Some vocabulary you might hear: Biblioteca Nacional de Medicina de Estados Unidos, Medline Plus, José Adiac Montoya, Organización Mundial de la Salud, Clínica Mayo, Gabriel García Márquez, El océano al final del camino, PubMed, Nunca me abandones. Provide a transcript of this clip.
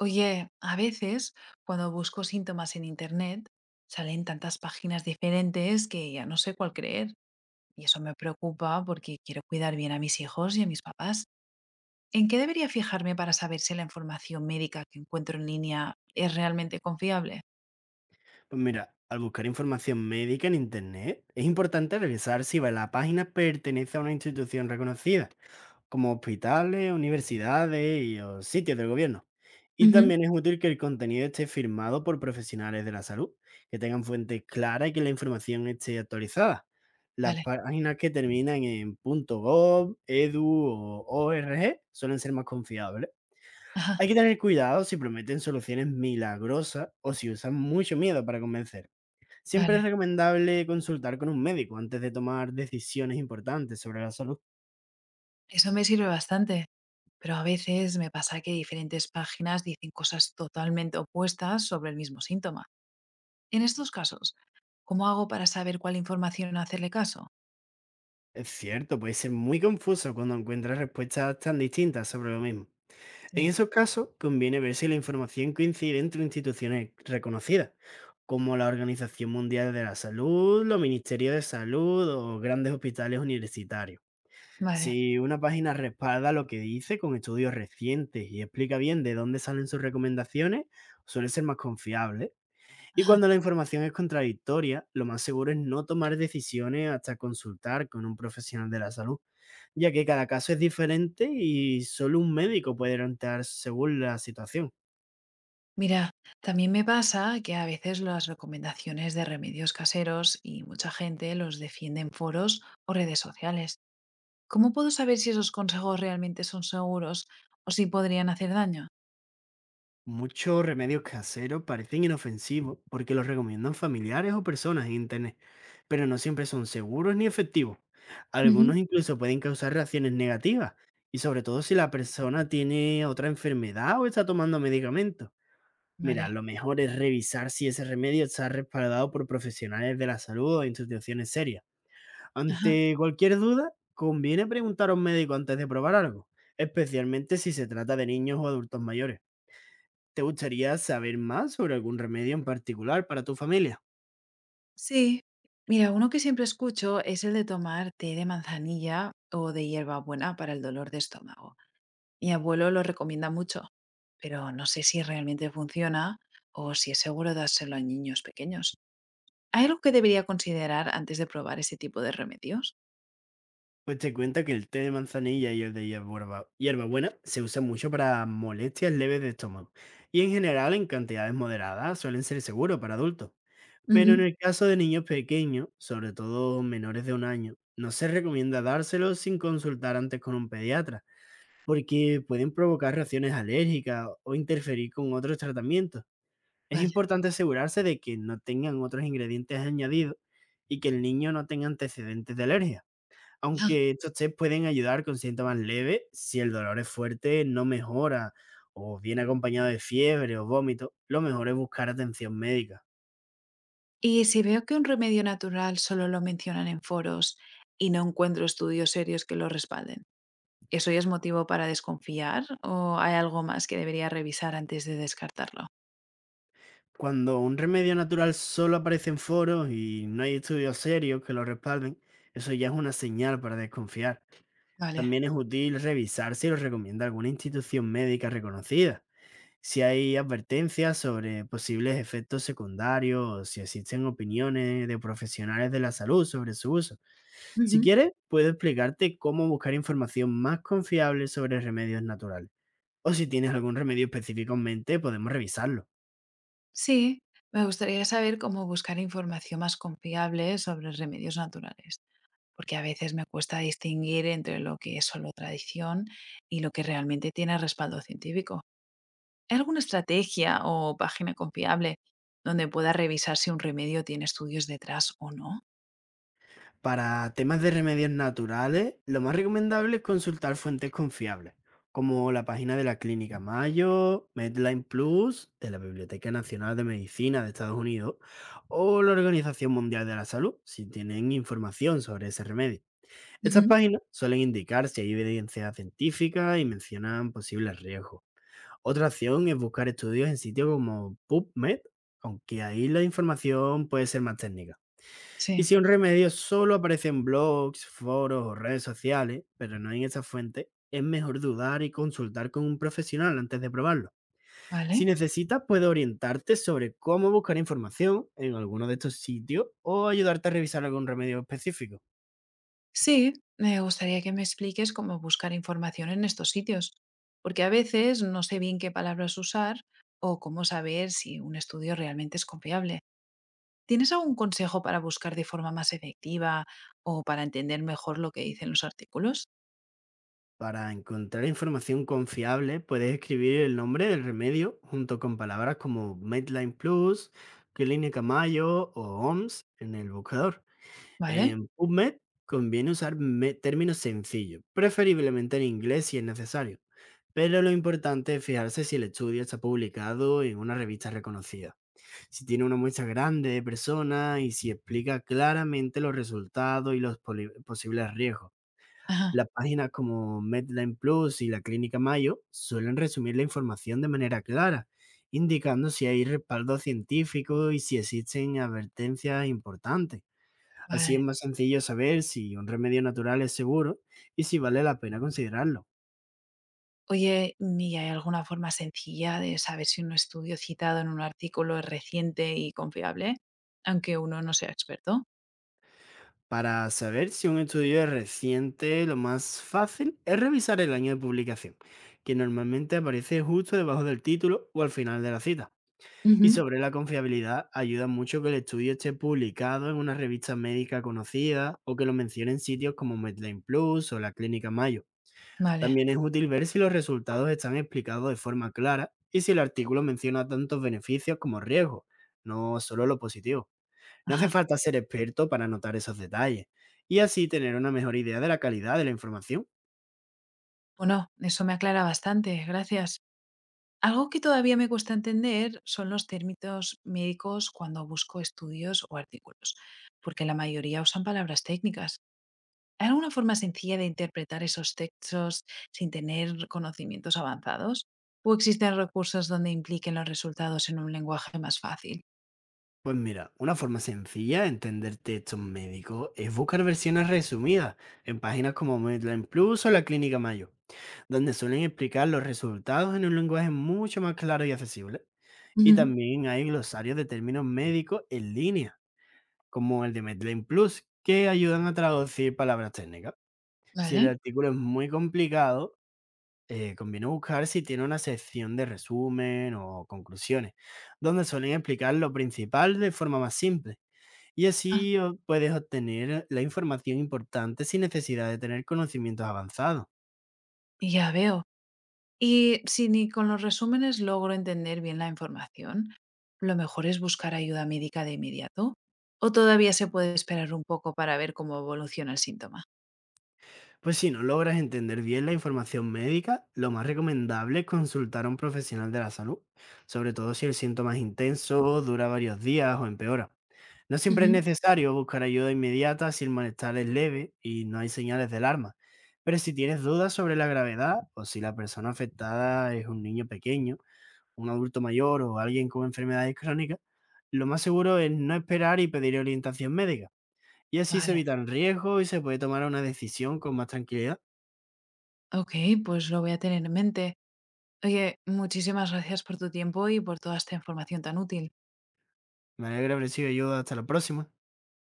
Oye, a veces cuando busco síntomas en internet salen tantas páginas diferentes que ya no sé cuál creer. Y eso me preocupa porque quiero cuidar bien a mis hijos y a mis papás. ¿En qué debería fijarme para saber si la información médica que encuentro en línea es realmente confiable? Pues mira, al buscar información médica en Internet, es importante revisar si la página pertenece a una institución reconocida, como hospitales, universidades y o sitios del gobierno. Y Ujú. también es útil que el contenido esté firmado por profesionales de la salud, que tengan fuentes claras y que la información esté actualizada. Las Vale, páginas que terminan en .gov, edu o org suelen ser más confiables. ajá, Hay que tener cuidado si prometen soluciones milagrosas o si usan mucho miedo para convencer. Siempre vale. es recomendable consultar con un médico antes de tomar decisiones importantes sobre la salud. Eso me sirve bastante. Pero a veces me pasa que diferentes páginas dicen cosas totalmente opuestas sobre el mismo síntoma. En estos casos, ¿cómo hago para saber cuál información hacerle caso? Es cierto, puede ser muy confuso cuando encuentras respuestas tan distintas sobre lo mismo. En Sí, esos casos, conviene ver si la información coincide entre instituciones reconocidas, como la Organización Mundial de la Salud, los Ministerios de Salud o grandes hospitales universitarios. vale. Si una página respalda lo que dice con estudios recientes y explica bien de dónde salen sus recomendaciones, suele ser más confiable. Y Ajá. cuando la información es contradictoria, lo más seguro es no tomar decisiones hasta consultar con un profesional de la salud, ya que cada caso es diferente y solo un médico puede orientar según la situación. Mira, también me pasa que a veces las recomendaciones de remedios caseros y mucha gente los defiende en foros o redes sociales. ¿Cómo puedo saber si esos consejos realmente son seguros o si podrían hacer daño? Muchos remedios caseros parecen inofensivos porque los recomiendan familiares o personas en Internet, pero no siempre son seguros ni efectivos. Ujú. Algunos incluso pueden causar reacciones negativas, y sobre todo si la persona tiene otra enfermedad o está tomando medicamentos. Vale. Mira, lo mejor es revisar si ese remedio está respaldado por profesionales de la salud o instituciones serias. Ajá. Ante cualquier duda, conviene preguntar a un médico antes de probar algo, especialmente si se trata de niños o adultos mayores. ¿Te gustaría saber más sobre algún remedio en particular para tu familia? Sí. Mira, uno que siempre escucho es el de tomar té de manzanilla o de hierbabuena para el dolor de estómago. Mi abuelo lo recomienda mucho, pero no sé si realmente funciona o si es seguro dárselo a niños pequeños. ¿Hay algo que debería considerar antes de probar ese tipo de remedios? Pues te cuenta que el té de manzanilla y el de hierbabuena se usan mucho para molestias leves de estómago y en general en cantidades moderadas suelen ser seguros para adultos. Pero en Ujú. el caso de niños pequeños, sobre todo menores de un año, no se recomienda dárselo sin consultar antes con un pediatra, porque pueden provocar reacciones alérgicas o interferir con otros tratamientos. Es Vale. importante asegurarse de que no tengan otros ingredientes añadidos y que el niño no tenga antecedentes de alergia. Ah, Aunque estos test pueden ayudar con síntomas leves, si el dolor es fuerte, no mejora o viene acompañado de fiebre o vómito, lo mejor es buscar atención médica. y si veo que un remedio natural solo lo mencionan en foros y no encuentro estudios serios que lo respalden, ¿eso ya es motivo para desconfiar o hay algo más que debería revisar antes de descartarlo? Cuando un remedio natural solo aparece en foros y no hay estudios serios que lo respalden, eso ya es una señal para desconfiar. Vale. También es útil revisar si lo recomienda alguna institución médica reconocida, si hay advertencias sobre posibles efectos secundarios o si existen opiniones de profesionales de la salud sobre su uso. Si Ujú. quieres, puedo explicarte cómo buscar información más confiable sobre remedios naturales. O si tienes algún remedio específico en mente, podemos revisarlo. Sí, me gustaría saber cómo buscar información más confiable sobre remedios naturales, porque a veces me cuesta distinguir entre lo que es solo tradición y lo que realmente tiene respaldo científico. ¿Hay alguna estrategia o página confiable donde pueda revisar si un remedio tiene estudios detrás o no? Para temas de remedios naturales, lo más recomendable es consultar fuentes confiables, como la página de la Clínica Mayo, Medline Plus, de la Biblioteca Nacional de Medicina de Estados Unidos, o la Organización Mundial de la Salud, si tienen información sobre ese remedio. Estas Ujú. páginas suelen indicar si hay evidencia científica y mencionan posibles riesgos. Otra opción es buscar estudios en sitios como PubMed, aunque ahí la información puede ser más técnica. Sí, Y si un remedio solo aparece en blogs, foros o redes sociales, pero no en esa fuente, es mejor dudar y consultar con un profesional antes de probarlo. vale. Si necesitas, puede orientarte sobre cómo buscar información en alguno de estos sitios o ayudarte a revisar algún remedio específico. Sí, me gustaría que me expliques cómo buscar información en estos sitios, porque a veces no sé bien qué palabras usar o cómo saber si un estudio realmente es confiable. ¿Tienes algún consejo para buscar de forma más efectiva o para entender mejor lo que dicen los artículos? Para encontrar información confiable, puedes escribir el nombre del remedio junto con palabras como Medline Plus, Clínica Mayo o OMS en el buscador. ¿Vale? En PubMed conviene usar términos sencillos, preferiblemente en inglés si es necesario, pero lo importante es fijarse si el estudio está publicado en una revista reconocida, si tiene una muestra grande de personas y si explica claramente los resultados y los posibles riesgos. Ajá, Las páginas como Medline Plus y la Clínica Mayo suelen resumir la información de manera clara, indicando si hay respaldo científico y si existen advertencias importantes. Así vale. es más sencillo saber si un remedio natural es seguro y si vale la pena considerarlo. Oye, ¿y hay alguna forma sencilla de saber si un estudio citado en un artículo es reciente y confiable, aunque uno no sea experto? Para saber si un estudio es reciente, lo más fácil es revisar el año de publicación, que normalmente aparece justo debajo del título o al final de la cita. Y Ujú. sobre la confiabilidad, ayuda mucho que el estudio esté publicado en una revista médica conocida o que lo mencione en sitios como Medline Plus o la Clínica Mayo. Vale. También es útil ver si los resultados están explicados de forma clara y si el artículo menciona tantos beneficios como riesgos, no solo lo positivo. No Ajá. hace falta ser experto para notar esos detalles y así tener una mejor idea de la calidad de la información. Bueno, eso me aclara bastante, gracias. Algo que todavía me cuesta entender son los términos médicos cuando busco estudios o artículos, porque la mayoría usan palabras técnicas. ¿Hay alguna forma sencilla de interpretar esos textos sin tener conocimientos avanzados? ¿O existen recursos donde impliquen los resultados en un lenguaje más fácil? Pues mira, una forma sencilla de entender textos médicos es buscar versiones resumidas en páginas como Medline Plus o la Clínica Mayo, donde suelen explicar los resultados en un lenguaje mucho más claro y accesible. Y Ujú. también hay glosarios de términos médicos en línea como el de Medline Plus, que ayudan a traducir palabras técnicas. Si el Vale, artículo es muy complicado, conviene buscar si tiene una sección de resumen o conclusiones, donde suelen explicar lo principal de forma más simple. Y ah, así puedes obtener la información importante sin necesidad de tener conocimientos avanzados. ya veo. Y si ni con los resúmenes logro entender bien la información, lo mejor es buscar ayuda médica de inmediato. ¿O todavía se puede esperar un poco para ver cómo evoluciona el síntoma? Pues si no logras entender bien la información médica, lo más recomendable es consultar a un profesional de la salud, sobre todo si el síntoma es intenso, dura varios días o empeora. No siempre es Ujú. necesario buscar ayuda inmediata si el malestar es leve y no hay señales de alarma, pero si tienes dudas sobre la gravedad o si la persona afectada es un niño pequeño, un adulto mayor o alguien con enfermedades crónicas, lo más seguro es no esperar y pedir orientación médica. Y así se Vale, evitan riesgos y se puede tomar una decisión con más tranquilidad. ok, pues lo voy a tener en mente. Oye, muchísimas gracias por tu tiempo y por toda esta información tan útil. Me alegra haber sido de ayuda. Hasta la próxima.